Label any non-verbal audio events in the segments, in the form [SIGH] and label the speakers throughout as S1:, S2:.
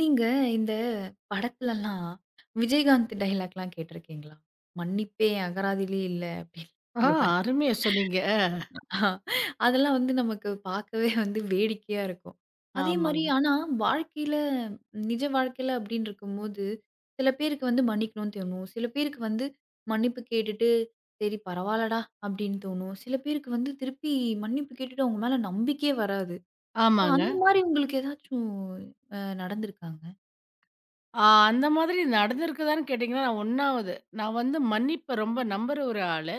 S1: நீங்க இந்த படத்துலலாம் விஜயகாந்த் டயலாக்லாம் கேட்டிருக்கீங்களா? "மன்னிப்பே அகராதியிலே இல்ல" அப்படின்னு
S2: ஆ,
S1: சொல்லுவாரு.
S2: அருமையா சொன்னீங்க.
S1: ஆ, அதெல்லாம் வந்து நமக்கு பார்க்கவே வந்து வேடிக்கையா இருக்கும். அதே மாரி
S2: ஆமாங்க.
S1: ஆனா வாழ்க்கையில நிஜ வாழ்க்கையில அப்படின்னு இருக்கும்போது, சில பேருக்கு வந்து மன்னிக்கணும்னு தோணும். சில பேருக்கு வந்து மன்னிப்பு கேட்டுட்டு, "சரி பரவால்லடா" அப்படின்னு தோணும். சில பேருக்கு வந்து திருப்பி மன்னிப்பு கேட்டுட்டு அவங்க மேல நம்பிக்கையே வராது. ஸோ
S2: ஆமாங்க.
S1: அந்த மாரி உங்களுக்கு ஏதாச்சும் நடந்திருக்காங்க?
S2: ஆ, அந்த மாதிரி நடந்திருக்குதான்னு கேட்டீங்கன்னா, நான் வந்து மன்னிப்ப ரொம்ப நம்புற ஒரு ஆளு.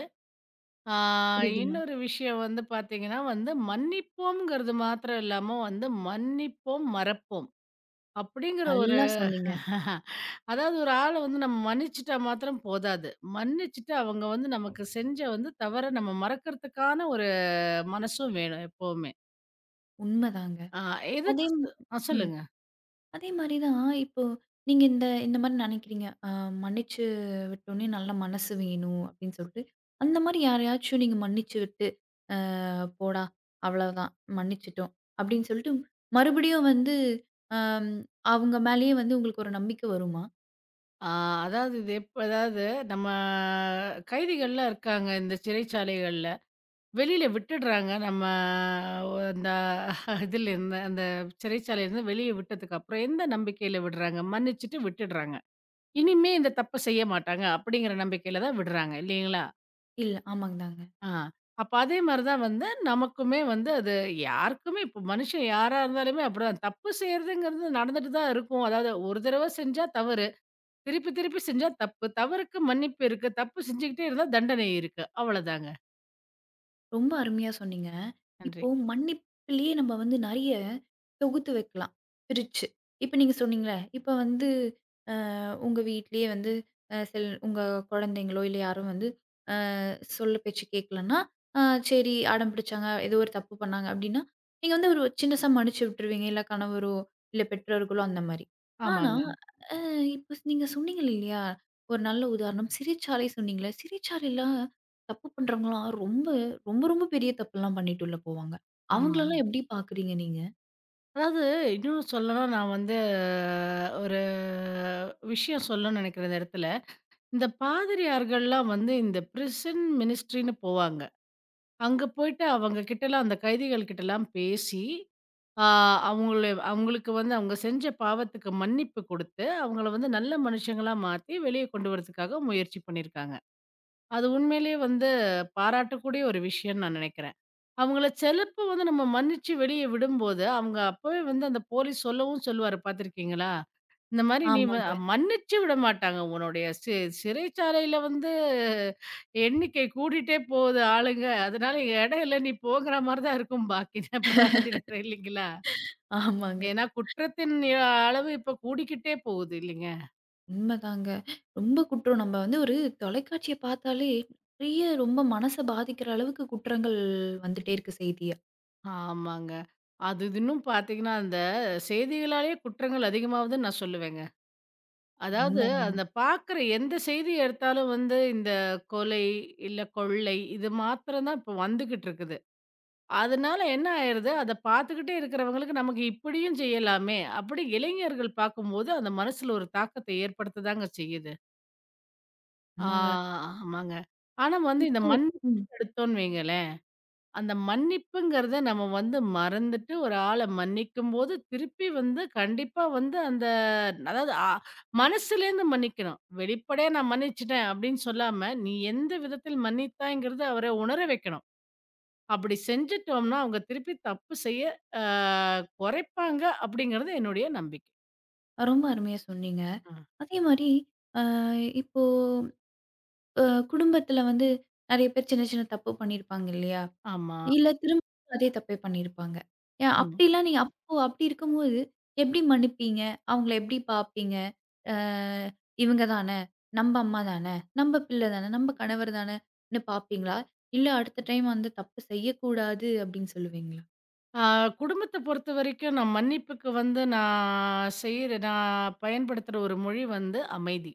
S2: ஆ.
S1: புரியுதுங்களா?
S2: இன்னொரு விஷயம் வந்து பார்த்தீங்கன்னா வந்து, மன்னிப்போம்ங்கிறது மாத்திரம் இல்லாம வந்து, மன்னிப்போம், மறப்போம். அப்படிங்கிற ஒரு
S1: நல்லா சொன்னீங்க.
S2: [LAUGHS] அதாவது, ஒரு ஆள வந்து நம்ம மன்னிச்சுட்டா மாத்திரம் போதாது. மன்னிச்சுட்டு அவங்க வந்து நமக்கு செஞ்ச வந்து தவற நம்ம மறக்கிறதுக்கான ஒரு மனசும் வேணும் எப்பவுமே.
S1: உண்மதாங்க.
S2: ஆ.
S1: அதே
S2: எதுக்கு
S1: ம்
S2: சொ ஆ,
S1: ம்.
S2: சொல்லுங்க.
S1: அதே மாரி தான் இப்போ நீங்க இந்த இந்த மாரி நெனைக்கிறீங்க. மன்னிச்சு விட்டோனே நல்ல மனசு வேணும் அப்டின்னு சொல்ட்டு, அந்த மாரி யாரையாச்சும் நீங்க மன்னிச்சு விட்டு, "அ போடா அவ்வளவுதான் மன்னிச்சுட்டோம்" அப்டின்னு சொல்ட்டு மறுபடியும் வந்து அம் அவங்க மேலேயே வந்து உங்களுக்கு ஒரு நம்பிக்கை வருமா?
S2: ஆ, அதாவது இது எப்ப, அதாவது நம்ம கைதிகள்லாம் இருக்காங்க இந்த சிறைச்சாலைகள்ல. வெளியில விட்டுடுறாங்க நம்ம, அந்த இதிலேருந்து, அந்த சிறைச்சாலையிலேருந்து வெளிய விட்டதுக்கு அப்புறம் எந்த நம்பிக்கையில விடுறாங்க? மன்னிச்சுட்டு விட்டுடுறாங்க. இனிமே இந்த தப்ப செய்ய மாட்டாங்க அப்படிங்கிற நம்பிக்கையில தான் விடுறாங்க இல்லைங்களா?
S1: இல்ல. ஆமாங்க தாங்க.
S2: ஆ. அப்ப அதே மாரி தான் வந்து நமக்குமே வந்து அது யாருக்குமே இப்போ மனுஷன் யாரா இருந்தாலுமே அப்படிதான். தப்பு செய்றதுங்கிறது நடந்துட்டு தான் இருக்கும். அதாவது ஒரு தடவ செஞ்சா தவறு. திருப்பி, திருப்பி செஞ்சா தப்பு. தவறுக்கு மன்னிப்பு இருக்கு. தப்பு செஞ்சுகிட்டே இருந்தா தண்டனை இருக்கு. அவ்வளதாங்க.
S1: ரொம்ப அருமையா சொன்னீங்க.
S2: நன்றி.
S1: இப்போ மன்னிப்பிலேயே நம்ம வந்து நெறைய தொகுத்து வைக்கலாம் பிரிச்சு. இப்ப நீங்க சொன்னீங்கல்ல, இப்ப வந்து உங்க வீட்லயே வந்து சில உங்க குழந்தைங்களோ, இல்ல யாரும் வந்து அ சொல்ல பேச்சு கேட்கலன்னா, அ சரி அடம் பிடிச்சாங்க, ஏதோ ஒரு தப்பு பண்ணாங்க அப்டின்னா, நீங்க வந்து ஒரு சின்னசா மன்னிச்சு விட்டுருவீங்க. இல்ல கணவரோ, இல்ல பெற்றோர்களோ அந்த மாரி. ஆனா,
S2: ஆமாங்க,
S1: அ இப்ப நீங்க சொன்னீங்க இல்லையா? ஒரு நல்ல உதாரணம் சிறைச்சாலை சொன்னீங்கல்ல. சிறைச்சாலைலாம் தப்பு பண்றவங்கலாம் ரொம்ப, ரொம்ப ரொம்ப பெரிய தப்புலாம் பண்ணிட்டு உள்ள போவாங்க.
S2: ஆமாங்க.
S1: அவங்களலாம் எப்டி பார்க்குறீங்க நீங்க?
S2: அதாவது இன்னும் சொல்லணும்னா, நான் வந்து ஒரு விஷயம் சொல்லணும்னு நெனைக்கிறேன் இந்த இடத்துல. இந்த பாதிரியார்கள்லாம் வந்து இந்த பிரிசன் மினிஸ்ட்ரின்னு போவாங்க. அங்க போயிட்டு அவங்க கிட்டலாம், அந்த கைதிகள் கிட்டலாம் பேசி, ஆ, அவங்கள அவங்களுக்கு வந்து அவங்க செஞ்ச பாவத்துக்கு மன்னிப்பு குடுத்து, அவங்கள வந்து நல்ல மனுஷங்களா மாத்தி வெளிய கொண்டு வரதுக்காக முயற்சி பண்ணியிருக்காங்க. அது உண்மையிலேயே வந்து பாராட்டக்கூடிய ஒரு விஷயம்னு நான் நினைக்கிறேன். அவங்கள சிலப்போ வந்து நம்ம மன்னிச்சு வெளிய விடும்போது, அவங்க அப்பவே வந்து அந்த போலீஸ் சொல்லவும் சொல்லுவாரு பார்த்துருக்கீங்களா? இந்த மாரி நீ வ
S1: ஆமாங்க,
S2: மன்னிச்சு விட மாட்டாங்க. உன்னுடைய சி சிறைச்சாலையில வந்து எண்ணிக்கை கூடிட்டே போகுது ஆளுங்க. அதனால இங்க இடம் இல்ல, நீ போங்கிற மாரி தான் இருக்கும் பாதி நேரம் இல்லைங்களா?
S1: ஆமாங்க.
S2: ஏன்னா குற்றத்தின் அளவு இப்ப கூடிக்கிட்டே போகுது இல்லைங்க?
S1: உண்மதாங்க. ரொம்ப குற்றம். நம்ம வந்து ஒரு தொலைக்காட்சிய பார்த்தாலே நிறைய ரொம்ப மனச பாதிக்கிற அளவுக்கு குற்றங்கள் வந்துட்டே இருக்கு செய்தியா.
S2: ஆமாங்க. இது இன்னும் பார்த்தீங்கன்னா, அந்த செய்திகளாலேயே குற்றங்கள் அதிகமாகுதுன்னு நான் சொல்லுவேங்க. அதாவது
S1: உண்மதாங்க.
S2: அந்த பார்க்குற எந்த செய்திய எடுத்தாலும் வந்து இந்த கொலை, இல்ல கொள்ளை, இது மாத்திரம் தான் இப்போ வந்துகிட்டு இருக்குது. அதனால என்ன ஆயிருது, அத பார்த்துக்கிட்டே இருக்கிறவங்களுக்கு நமக்கு இப்படியும் செய்யலாமே, அப்படி இளைஞர்கள் பார்க்கும்போது அந்த மனசுல ஒரு தாக்கத்தை ஏற்படுத்ததாங்க செய்யுது. ஆ,
S1: ஆமாங்க.
S2: ஆமாங்க. ஆனா வந்து இந்த
S1: இப்போ
S2: மண்
S1: ம்.
S2: எடுத்தோம்னு வைங்களேன், அந்த மன்னிப்புங்கிறத நம்ம வந்து மறந்துட்டு, ஒரு ஆள மன்னிக்கும்போது, திருப்பி வந்து கண்டிப்பா வந்து அந்த, அதாவது மனசுலேருந்து மன்னிக்கணும். வெளிப்படையா நான் மன்னிச்சுட்டேன் அப்படின்னு சொல்லாம, நீ எந்த விதத்தில் மன்னித்தாய்ங்கிறத அவர உணர வைக்கணும். அப்படி செஞ்சுட்டோம்னா, அவங்க திருப்பி தப்பு செய்ய அ குறைப்பாங்க அப்படிங்கிறது என்னுடைய நம்பிக்கை.
S1: ரொம்ப அருமையா சொன்னீங்க.
S2: ஆ.
S1: அதே மாரி அ இப்போ அ குடும்பத்தில வந்து நெறைய பேர் சின்ன சின்ன தப்பு பண்ணியிருப்பாங்க இல்லையா?
S2: ஆமா.
S1: இல்ல திரும்ப அதே தப்பே பண்ணியிருப்பாங்க. ஏன்
S2: ம்.
S1: அப்படிலாம் நீங்க அப்போ அப்படி இருக்கும்போது, எப்படி மன்னிப்பீங்க? அவங்கள எப்படி பார்ப்பீங்க? அ இவங்க தானே, நம்ம அம்மா தானே, நம்ம பிள்ளை தானே, நம்ம கணவர் தானேன்னு பார்ப்பீங்களா? இல்ல அடுத்த டைம் வந்து தப்பு செய்யக்கூடாது அப்படின்னு சொல்லுவீங்களா?
S2: ஆ, குடும்பத்த பொறுத்தவரைக்கும் நான் மன்னிப்புக்கு வந்து நான் பயன்படுத்துற ஒரு மொழி வந்து அமைதி.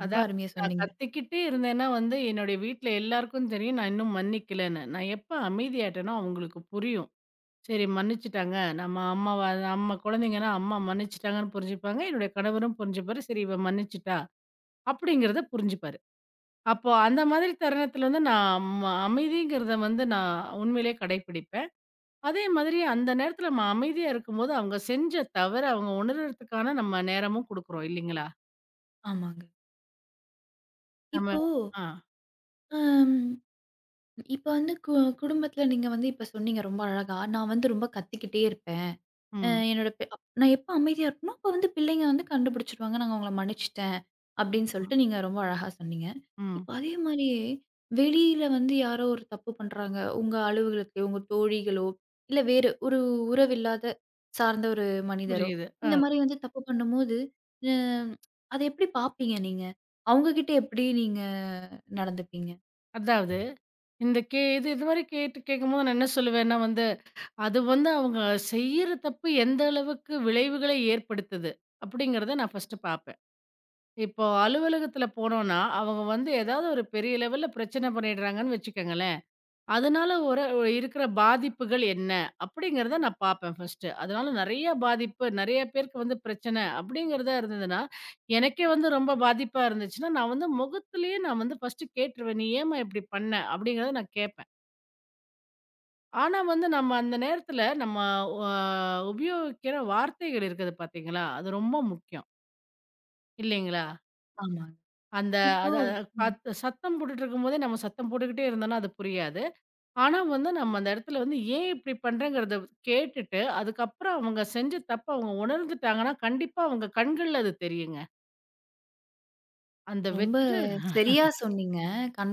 S1: ரொம்ப
S2: அதாவது
S1: அருமையா
S2: நான்
S1: சொன்னீங்க.
S2: கத்திக்கிட்டே இருந்தேன்னா வந்து, என்னுடைய வீட்ல எல்லாருக்கும் தெரியும். நான் இன்னும் மன்னிக்கலன்னு. நான் எப்ப அமைதியாயிட்டேனோ அவங்களுக்கு புரியும். சரி மன்னிச்சுட்டாங்க. நம்ம அம்மாவ நம்ம குழந்தைங்கன்னா, அம்மா மன்னிச்சுட்டாங்கன்னு புரிஞ்சுப்பாங்க. என்னுடைய கணவரும் புரிஞ்சுப்பாரு. சரி இவ மன்னிச்சுட்டா, அப்படிங்கிறத புரிஞ்சுப்பாரு. அப்போ அந்த மாதிரி தருணத்துல வந்து நான் ம அமைதிங்கிறத வந்து நான் உண்மையிலேயே கடைப்பிடிப்பேன். அதே மாதிரி அந்த நேரத்துல நம்ம அமைதியா இருக்கும்போது, அவங்க செஞ்ச தவற அவங்க உணர்றதுக்கான நம்ம நேரமும் குடுக்குறோம் இல்லைங்களா?
S1: ஆமாங்க.
S2: நம்ம.
S1: இப்போ
S2: ஆ.
S1: அம் இப்ப வந்து குடும்பத்தில நீங்க வந்து இப்ப சொன்னீங்க ரொம்ப அழகா. நான் வந்து ரொம்ப கத்திக்கிட்டே இருப்பேன். அ
S2: ம்.
S1: என்னோட பெ அப் நான் எப்ப அமைதியா இருப்பேனோ, அப்ப வந்து பிள்ளைங்க வந்து கண்டுபிடிச்சுருவாங்க. "நான் உங்கள மன்னிச்சுட்டேன்" அப்படின்னு
S2: ம்.
S1: சொல்லிட்டு நீங்க ரொம்ப அழகா சொன்னீங்க.
S2: ம்.
S1: இப்ப அதே மாரியே வெளியில வந்து யாரோ ஒரு தப்பு பண்றாங்க. உங்க அலுவலகத்திலயோ, உங்க தோழிகளோ, இல்ல வேறு ஒரு உறவில்லாத சார்ந்த ஒரு மனிதரோ,
S2: புரியுது.
S1: இந்த
S2: ஆ.
S1: மாரி வந்து தப்பு பண்ணும்போது, அ அத எப்படி பார்ப்பீங்க நீங்க? அவங்க கிட்ட எப்படி நீங்க நடந்துப்பீங்க?
S2: அதாவது இந்த கே இது இது மாரி கேட்டு கேட்கும்போது நான் என்ன சொல்லுவேன்னா வந்து, அது வந்து அவங்க செய்யற தப்பு எந்த அளவுக்கு விளைவுகளை ஏற்படுத்துது? அப்படிங்கிறத நான் ஃபர்ஸ்ட்டு பார்ப்பேன். இப்போ அலுவலகத்தில போனோம்னா, அவங்க வந்து ஏதாவது ஒரு பெரிய லெவல்ல பிரச்சனை பண்ணிடுறாங்கன்னு வச்சுக்கங்களேன். அதனால ஒரு ஒரு இருக்கிற பாதிப்புகள் என்ன? அப்படிங்கிறத நான் பார்ப்பேன் ஃபர்ஸ்ட்டு. அதனால நெறைய பாதிப்பு, நெறைய பேருக்கு வந்து பிரச்சனை அப்படிங்கிறதா இருந்ததுன்னா, எனக்கே வந்து ரொம்ப பாதிப்பா இருந்துச்சுன்னா, நான் வந்து முகத்திலேயே நான் வந்து ஃபர்ஸ்ட்டு கேட்டுருவேன். "நீ ஏம்மா இப்படி பண்ண?" அப்படிங்கிறத நான் கேட்பேன். ஆனா வந்து நம்ம அந்த நேரத்தில நம்ம வ உபயோகிக்கிற வார்த்தைகள் இருக்குது பார்த்தீங்களா? அது ரொம்ப முக்கியம். இல்லைங்களா?
S1: ஆமாங்க.
S2: அந்த
S1: இப்போ
S2: அத அ
S1: ம்
S2: சத்தம் போட்டுட்டு இருக்கும்போதே நம்ம சத்தம் போட்டுக்கிட்டே இருந்தோம்னா அது புரியாது. ஆனா வந்து நம்ம அந்த இடத்துல வந்து ஏன் இப்படி பண்றேங்கிறத கேட்டுட்டு, அதுக்கப்புறம் அவங்க செஞ்ச தப்ப அவங்க உணர்ந்துட்டாங்கன்னா, கண்டிப்பா அவங்க கண்கள்ல அது தெரியுங்க. அந்த
S1: ரொம்ப
S2: வச்சுட்டு.
S1: சரியா சொன்னீங்க.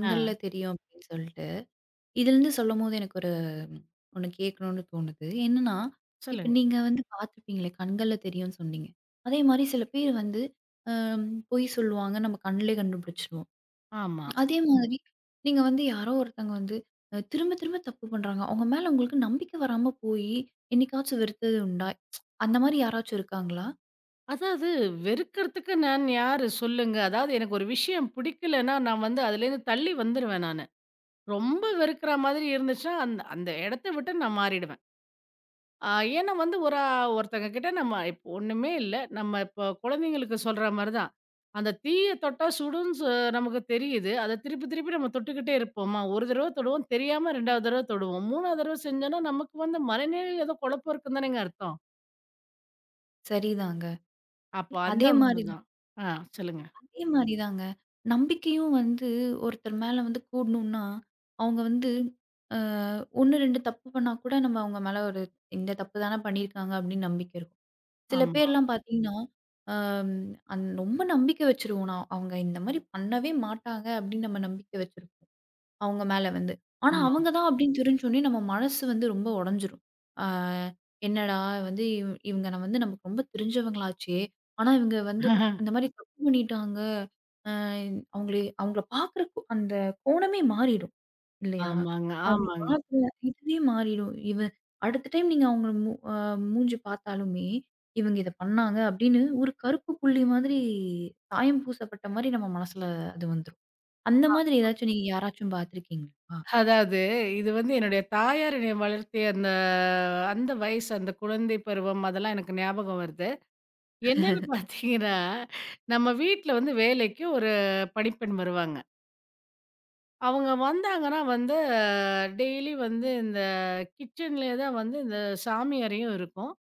S2: ஆ,
S1: தெரியும்" அப்படின்னு சொல்லிட்டு. இதுலருந்து சொல்லும்போது எனக்கு ஒரு ஒண்ணு கேட்கணும்னு தோணுது. என்னன்னா, இப்ப
S2: சொல்லுங்க.
S1: நீங்க வந்து பார்த்துருப்பீங்களே, கண்கள்ல தெரியும்னு சொன்னீங்க. அதே மாரி சில பேர் வந்து அ பொய் சொல்லுவாங்க. நம்ம கண்லயே கண்டுபிடிச்சுருவோம்.
S2: ஆமா.
S1: அதே மாதிரி நீங்க வந்து யாரோ ஒருத்தங்க வந்து திரும்ப திரும்ப தப்பு பண்றாங்க. அவங்க மேல உங்களுக்கு நம்பிக்கை வராம போயி, என்னைக்காச்சும் வெறுத்தது உண்டா? அந்த மாரி யாராச்சும் இருக்காங்களா?
S2: அதாவது வெறுக்கறதுக்கு நான் யாரு சொல்லுங்க? அதாவது எனக்கு ஒரு விஷயம் பிடிக்கலன்னா, நான் வந்து அதுலேருந்து தள்ளி வந்துருவேன் நானு. ரொம்ப வெறுக்கிற மாதிரி இருந்துச்சுன்னா, அந்த அந்த இடத்த விட்டு நான் மாறிடுவேன். ஆ. ஏன்னா வந்து ஒருத்தங்க கிட்ட நம்ம இப்போ ஒண்ணுமே இல்ல. நம்ம இப்போ குழந்தைங்களுக்கு சொல்ற மாரி தான். அந்த தீய தொட்டா சுடும்ன்னு நமக்கு தெரியுது. அத திருப்பி திருப்பி நம்ம தொட்டுக்கிட்டே இருப்போமா, ஒரு தடவ தொடுவோம், தெரியாம 2வது தடவ தொடுவோம். 3வது தடவ செஞ்சோம்னா, நமக்கு வந்து மனநிலையில ஏதோ குழப்பம் இருக்குன்னு தானேங்க அர்த்தம்.
S1: சரிதாங்க.
S2: அப்போ அந்த
S1: அதே மாரி
S2: மாரி தான். ஆ, சொல்லுங்க.
S1: அதே மாரி தாங்க. நம்பிக்கையும் வந்து ஒருத்தர் மேல வந்து கூடணும்னா, அவங்க வந்து அ 1, 2 தப்பு பண்ணா கூட நம்ம அவங்க மேல ஒரு இந்த தப்பு தான பண்ணியிருக்காங்க அப்படின்னு நம்பிக்கை இருக்கும். சில
S2: ஆமா,
S1: பேர்லாம் பார்த்தீங்கன்னா, அம் அந் ரொம்ப நம்பிக்கை வச்சுருவோம். நான் அவங்க இந்த மாரி பண்ணவே மாட்டாங்க அப்படின்னு நம்ம நம்பிக்கை வச்சிருப்போம். அவங்க மேல வந்து. ஆனா,
S2: ஆமா.
S1: அவங்க தான் அப்படின்னு தெரிஞ்சோனே நம்ம மனசு வந்து ரொம்ப உடைஞ்சிரும். ஆ என்னடா வந்து இவங்க நம்ம வந்து நமக்கு ரொம்ப தெரிஞ்சவங்களாச்சே! ஆனா இவங்க வந்து இந்த
S2: [LAUGHS]
S1: மாரி தப்பு பண்ணிட்டாங்க. அ அவங்களே அவங்கள பார்க்குற அந்த கோணமே மாறிடும் இல்லையா?
S2: ஆமாங்க,
S1: அவங்க
S2: ஆமாங்க.
S1: பார்க்குற இதுவே மாறிடும். அடுத்த டைம் நீங்க அவங்கள மூ அ மூஞ்சி பார்த்தாலுமே, இவங்க இத பண்ணாங்க அப்படின்னு ஒரு கருப்பு புள்ளி மாதிரி சாயம் பூசப்பட்ட மாரி நம்ம மனசுல அது வந்துரும். அந்த மாதிரி ஏதாச்சும் நீங்க யாராச்சும் பார்த்துருக்கீங்களா?
S2: அதாவது இது வந்து என்னுடைய தாயார் என்னைய வளர்த்திய அந்த அந்த வயசு, அந்த குழந்தை பருவம் அதெல்லாம் எனக்கு ஞாபகம் வருது. என்னன்னு பார்த்தீங்கன்னா, நம்ம வீட்ல வந்து வேலைக்கு ஒரு பணிப்பெண் வருவாங்க. அவங்க வந்தாங்கன்னா வந்து டெய்லி வந்து இந்த கிச்சன்லயே தான் வந்து இந்த சாமி அறையும் இருக்கும்.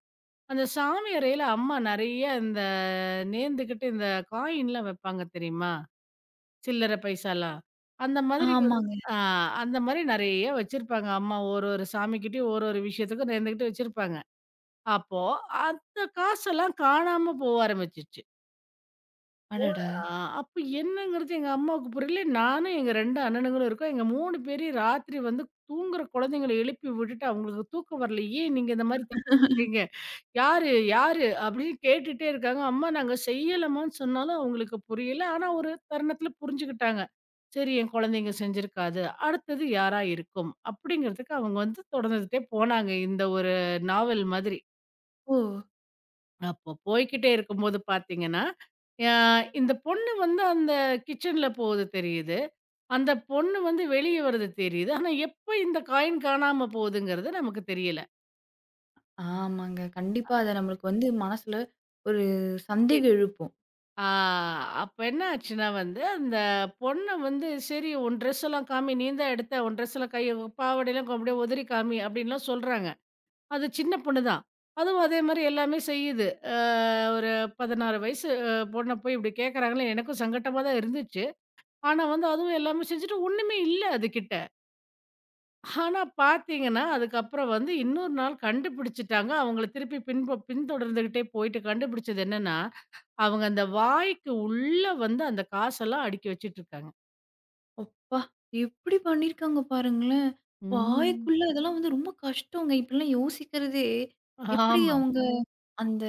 S2: அந்த சாமி அறையில அம்மா நெறைய இந்த நேர்ந்துகிட்டு இந்த காயின்லாம் வைப்பாங்க தெரியுமா? சில்லற பைசாலாம். அந்த மாதிரி வந்து.
S1: ஆமாங்க.
S2: ஆ, அந்த மாரி நெறைய வச்சிருப்பாங்க அம்மா. ஒரு ஒரு சாமிக்கிட்டயும் ஒரு ஒரு விஷயத்துக்கும் நேர்ந்துகிட்டு வச்சிருப்பாங்க. அப்போ அந்த காசெல்லாம் காணாம போக ஆரம்பிச்சுச்சு.
S1: அடடா!
S2: ஆ, அப்ப என்னங்கிறது எங்க அம்மாவுக்கு புரியல. நானும் எங்க 2 அண்ணனுங்களும் இருக்கோம். எங்க 3 பேரையும் ராத்திரி வந்து தூங்குற குழந்தைங்கள எழுப்பி விட்டுட்டு, அவங்களுக்கு தூக்கம் வரல. ஏன் நீங்க இந்த மாரி தப்பு பண்றீங்க? யாரு? யாரு? அப்படின்னு கேட்டுட்டே இருக்காங்க. அம்மா நாங்க செய்யலம்மான்னு சொன்னாலும் அவங்களுக்கு புரியல. ஆனா ஒரு தருணத்துல புரிஞ்சுக்கிட்டாங்க. சரி என் குழந்தைங்க செஞ்சிருக்காது. அடுத்தது யாரா இருக்கும்? அப்படிங்கிறதுக்கு அவங்க வந்து தொடர்ந்துட்டே போனாங்க, இந்த ஒரு நாவல் மாதிரி.
S1: ஓ!
S2: அப்போ போய்க்கிட்டே இருக்கும்போது பார்த்தீங்கன்னா, அ இந்த பொண்ணு வந்து அந்த கிச்சன்ல போகுது தெரியுது. அந்த பொண்ணு வந்து வெளிய வர்றது தெரியுது. ஆனா, எப்ப இந்த காயின் காணாம போகுதுங்கிறது நமக்கு தெரியல.
S1: ஆமாங்க. கண்டிப்பா அத நம்மளுக்கு வந்து மனசுல ஒரு
S2: தெரியல.
S1: சந்தேகம் எழுப்பும்.
S2: ஆ, அப்ப என்ன ஆச்சுன்னா வந்து, அந்த பொண்ணு வந்து, சரி உன் ட்ரெஸ் எல்லாம் காமி, நீ தான் எடுத்த உன் ட்ரெஸ்ல கைய பாவாடைலாம் அப்படியே உதறி காமி அப்படின்லாம் சொல்றாங்க. அது சின்ன பொண்ணு தான். அதுவும் அதே மாரி எல்லாமே செய்யுது. அ ஒரு 16 வயசு பொண்ண போய் இப்படி கேட்கறாங்களே எனக்கும் சங்கட்டமா தான் இருந்துச்சு. ஆனா வந்து அதுவும் எல்லாமே செஞ்சுட்டு ஒண்ணுமே இல்ல அதுகிட்ட. ஆனா பார்த்தீங்கன்னா, அதுக்கப்புறம் வந்து இன்னொரு நாள் கண்டுபிடிச்சுட்டாங்க. அவங்கள திருப்பி பின்தொடர்ந்துகிட்டே போயிட்டு கண்டுபிடிச்சது என்னன்னா, அவங்க அந்த வாய்க்கு உள்ள வந்து அந்த காசெல்லாம் அடுக்கி வச்சுட்டுருக்காங்க.
S1: அப்பா! எப்படி பண்ணியிருக்காங்க பாருங்களேன்!
S2: ம்.
S1: வாய்க்குள்ள இதெல்லாம் வந்து ரொம்ப கஷ்டங்க. இப்படிலாம் யோசிக்கிறதே, எப்படி
S2: ஆமாங்க.
S1: அவங்க அந்த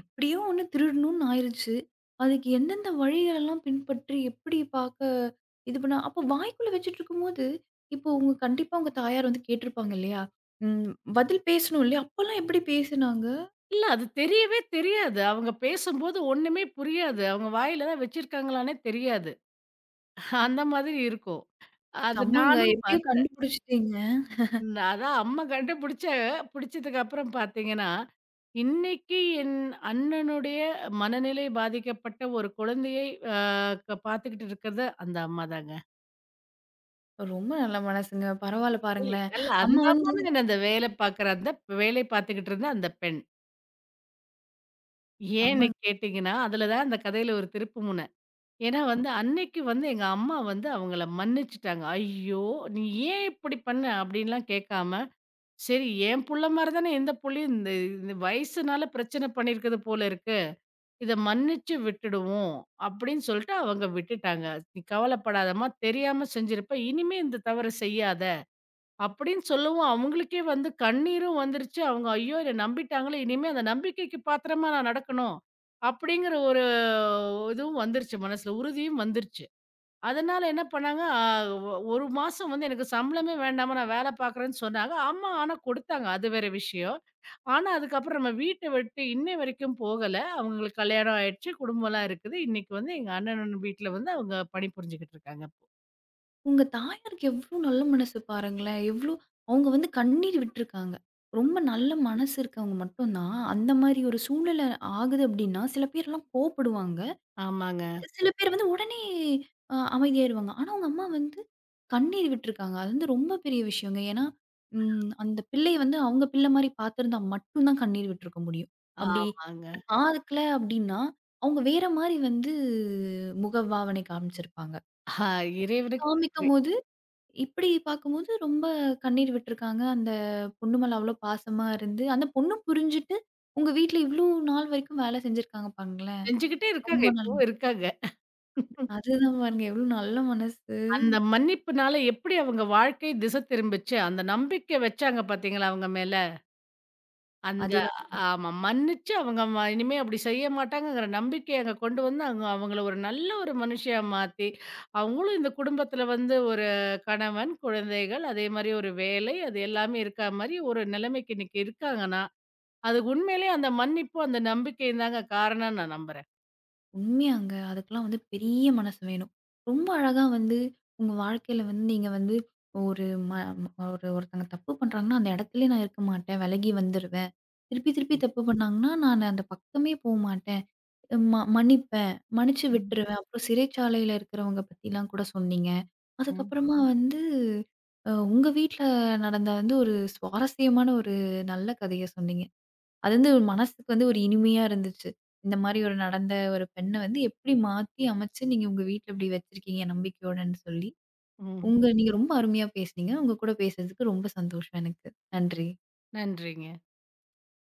S1: எப்படியோ ஒண்ணு திருடணும்னு ஆயிருச்சு. அதுக்கு எந்தெந்த வழிகளெல்லாம் பின்பற்றி, எப்படி பாக்க இது பண்ண அப்போ வாய்க்குள்ள வச்சுட்ருக்கும்போது, இப்போ உங்க கண்டிப்பா உங்க தாயார் வந்து கேட்டுருப்பாங்க இல்லையா? ம் பதில் பேசணும் இல்லையா? அப்பலாம் எப்படி பேசுனாங்க?
S2: இல்ல அது தெரியவே தெரியாது. அவங்க பேசும்போது ஒண்ணுமே புரியாது. அவங்க வாயில தான் வச்சிருக்காங்களான்னே தெரியாது. அந்த மாதிரி இருக்கும். அது
S1: செம்மங்க!
S2: நானும்
S1: எப்படியோ
S2: பாத்
S1: கண்டுபிடிச்சுட்டீங்க.
S2: ம். அதான் அம்மா பிடிச்சதுக்கு அப்புறம் பார்த்தீங்கன்னா, இன்னைக்கு என் அண்ணனுடைய மனநிலை பாதிக்கப்பட்ட ஒரு குழந்தையை அ க பார்த்துக்கிட்டு இருக்கிறது அந்த அம்மா தாங்க.
S1: ரொம்ப நல்ல மனசுங்க. பரவால்ல
S2: இல்ல,
S1: பாருங்களேன்.
S2: அல்ல அந்த
S1: அம்மா வந்து
S2: அம்மான்னு இல்ல. அந்த வேலை பார்க்குற அந்த வேலை பார்த்துக்கிட்டு இருந்த அந்த பெண்.
S1: செம்ம
S2: ஏன்னு கேட்டீங்கன்னா, அதில தான் அந்த கதையில ஒரு திருப்பு முனை. ஏன்னா வந்து அன்னைக்கு வந்து எங்க அம்மா வந்து அவங்கள மன்னிச்சுட்டாங்க. "ஐயோ! நீ ஏன் இப்படி பண்ண?" அப்படின்லாம் கேட்காம, சரி, என் புள்ள மாரி தானே, எந்த புள்ளையும் இந்த இந்த வயசுனால பிரச்சனை பண்ணியிருக்குது போல இருக்கு. இத மன்னிச்சு விட்டுடுவோம் அப்படின்னு சொல்லிட்டு அவங்க விட்டுட்டாங்க. "நீ கவலைப்படாதம்மா, தெரியாம செஞ்சிருப்ப. இனிமே இந்த தவறு செய்யாத" அப்படின்னு சொல்லவும் அவங்களுக்கே வந்து கண்ணீரும் வந்துருச்சு. அவங்க, ஐயோ, என்ன நம்பிட்டாங்களே! இனிமே அந்த நம்பிக்கைக்கு பாத்திரமா நான் நடக்கணும். அப்படிங்கிற ஒரு இதுவும் வந்துருச்சு மனசுல, உறுதியும் வந்துருச்சு. அதனால என்ன பண்ணாங்க, அ ஒ 1 மாசம் வந்து எனக்கு சம்பளமே வேண்டாமா, நான் வேல பார்க்குறேன்னு சொன்னாங்க. அம்மா ஆனா குடுத்தாங்க. அது வேற விஷயம். ஆனா, அதுக்கப்புறம் நம்ம வீட்ட விட்டு இன்னை வரைக்கும் போகல. அவங்களுக்கு கல்யாணம் ஆயிடுச்சு, குடும்பம்லாம் இருக்குது. இன்னைக்கு வந்து எங்க அண்ணனோட வீட்ல வந்து அவங்க பணிபுரிஞ்சுகிட்டு இருக்காங்க இப்போ.
S1: உங்க தாயாருக்கு எவ்ளோ நல்ல மனசு பாருங்களேன்! எவ்ளோ அவங்க வந்து கண்ணீர் விட்டுருக்காங்க. ரொம்ப நல்ல மனசு இருக்கவங்க மட்டும் தான், அந்த மாரி ஒரு சூழ்நிலை ஆகுது அப்டின்னா, சில பேர்லாம் கோவப்படுவாங்க.
S2: ஆமாங்க.
S1: சில பேர் வந்து உடனே அமைதியாயிருவாங்க. ஆனா, உங்க அம்மா வந்து கண்ணீர் விட்டுருக்காங்க. அது வந்து ரொம்ப பெரிய விஷயங்க. ஏன்னா, அந்த பிள்ளைய வந்து அவங்க பிள்ளை மாரி பார்த்துருந்தா மட்டும் தான் கண்ணீர் விட்டுருக்க முடியும். அப்டி
S2: ஆமாங்க.
S1: பார்க்கல அப்டின்னா, அவங்க வேற மாரி வந்து முகபாவனை காமிச்சிருப்பாங்க.
S2: ஆ,
S1: அப்டி
S2: இறைவனுக்கு நன்றி.
S1: காமிக்கும்போது இப்பிடி பார்க்கும்போது ரொம்ப கண்ணீர் விட்டுருக்காங்க. அந்த பொண்ணு மேல அவ்ளோ பாசமா இருந்து, அந்த பொண்ணும் புரிஞ்சுட்டு, உங்க வீட்ல இவ்ளோ நாள் வரைக்கும் வேலை செஞ்சிருக்காங்க பாருங்களேன்!
S2: செஞ்சுகிட்டே இருக்காங்க.
S1: ரொம்ப நல்ல
S2: இப்பவும் இருக்காங்க.
S1: அதுதான் பாருங்க எவ்ளோ நல்ல மனசு.
S2: அந்த மன்னிப்புனால எப்படி அவங்க வாழ்க்கை திசை திரும்பிச்சு, அந்த நம்பிக்கை வச்சாங்க பார்த்தீங்களா அவங்க மேல? அந்த,
S1: அதுதான்
S2: ஆமா. மன்னிச்சு அவங்க இனிமே அப்படி செய்ய மாட்டாங்கங்கிற நம்பிக்கைய அங்க கொண்டு வந்து, அங்க அவங்கள ஒரு நல்ல ஒரு மனுஷியா மாத்தி, அவங்களும் இந்த குடும்பத்தில வந்து ஒரு கணவன், குழந்தைகள், அதே மாரி ஒரு வேலை, அது எல்லாமே இருக்கா மாரி ஒரு நிலைமைக்கு இன்னைக்கு இருக்காங்கன்னா, அது உண்மையிலேயே அந்த மன்னிப்பும், அந்த நம்பிக்கையும் தாங்க காரணம்னு நான் நம்புறேன்.
S1: உண்மையாங்க. அதுக்கெல்லாம் வந்து பெரிய மனசு வேணும். ரொம்ப அழகா வந்து உங்க வாழ்க்கையில வந்து நீங்க வந்து ஒரு ம ம- ஒரு ஒருத்தங்க தப்பு பண்றாங்கன்னா, அந்த இடத்துலயே நான் இருக்க மாட்டேன். விலகி வந்துருவேன். திருப்பி திருப்பி தப்பு பண்ணாங்கன்னா, நான் அந்த பக்கமே போமாட்டேன். மன்னிப்பேன். மன்னிச்சு
S2: ம்,
S1: விட்டுருவேன். அப்புறம் சிறைச்சாலையில இருக்கிறவங்க பத்திலாம் கூட சொன்னீங்க.
S2: ம்.
S1: அதுக்கப்புறமா வந்து உங்க வீட்ல நடந்த வந்து ஒரு சுவாரஸ்யமான ஒரு நல்ல கதைய சொன்னீங்க. அது வந்து ஒரு மனசுக்கு வந்து ஒரு இனிமையா இருந்துச்சு. இந்த மாரி ஒரு நடந்த ஒரு பெண்ண வந்து எப்படி மாத்தி அமைச்சு நீங்க உங்க வீட்ல இப்படி வச்சிருக்கீங்க நம்பிக்கையோடன்னு சொல்லி.
S2: ம்.
S1: உங்க நீங்க ரொம்ப அருமையா பேசுனீங்க. உங்க கூட பேசுனதுக்கு ரொம்ப சந்தோஷம் எனக்கு. நன்றி.
S2: நன்றிங்க.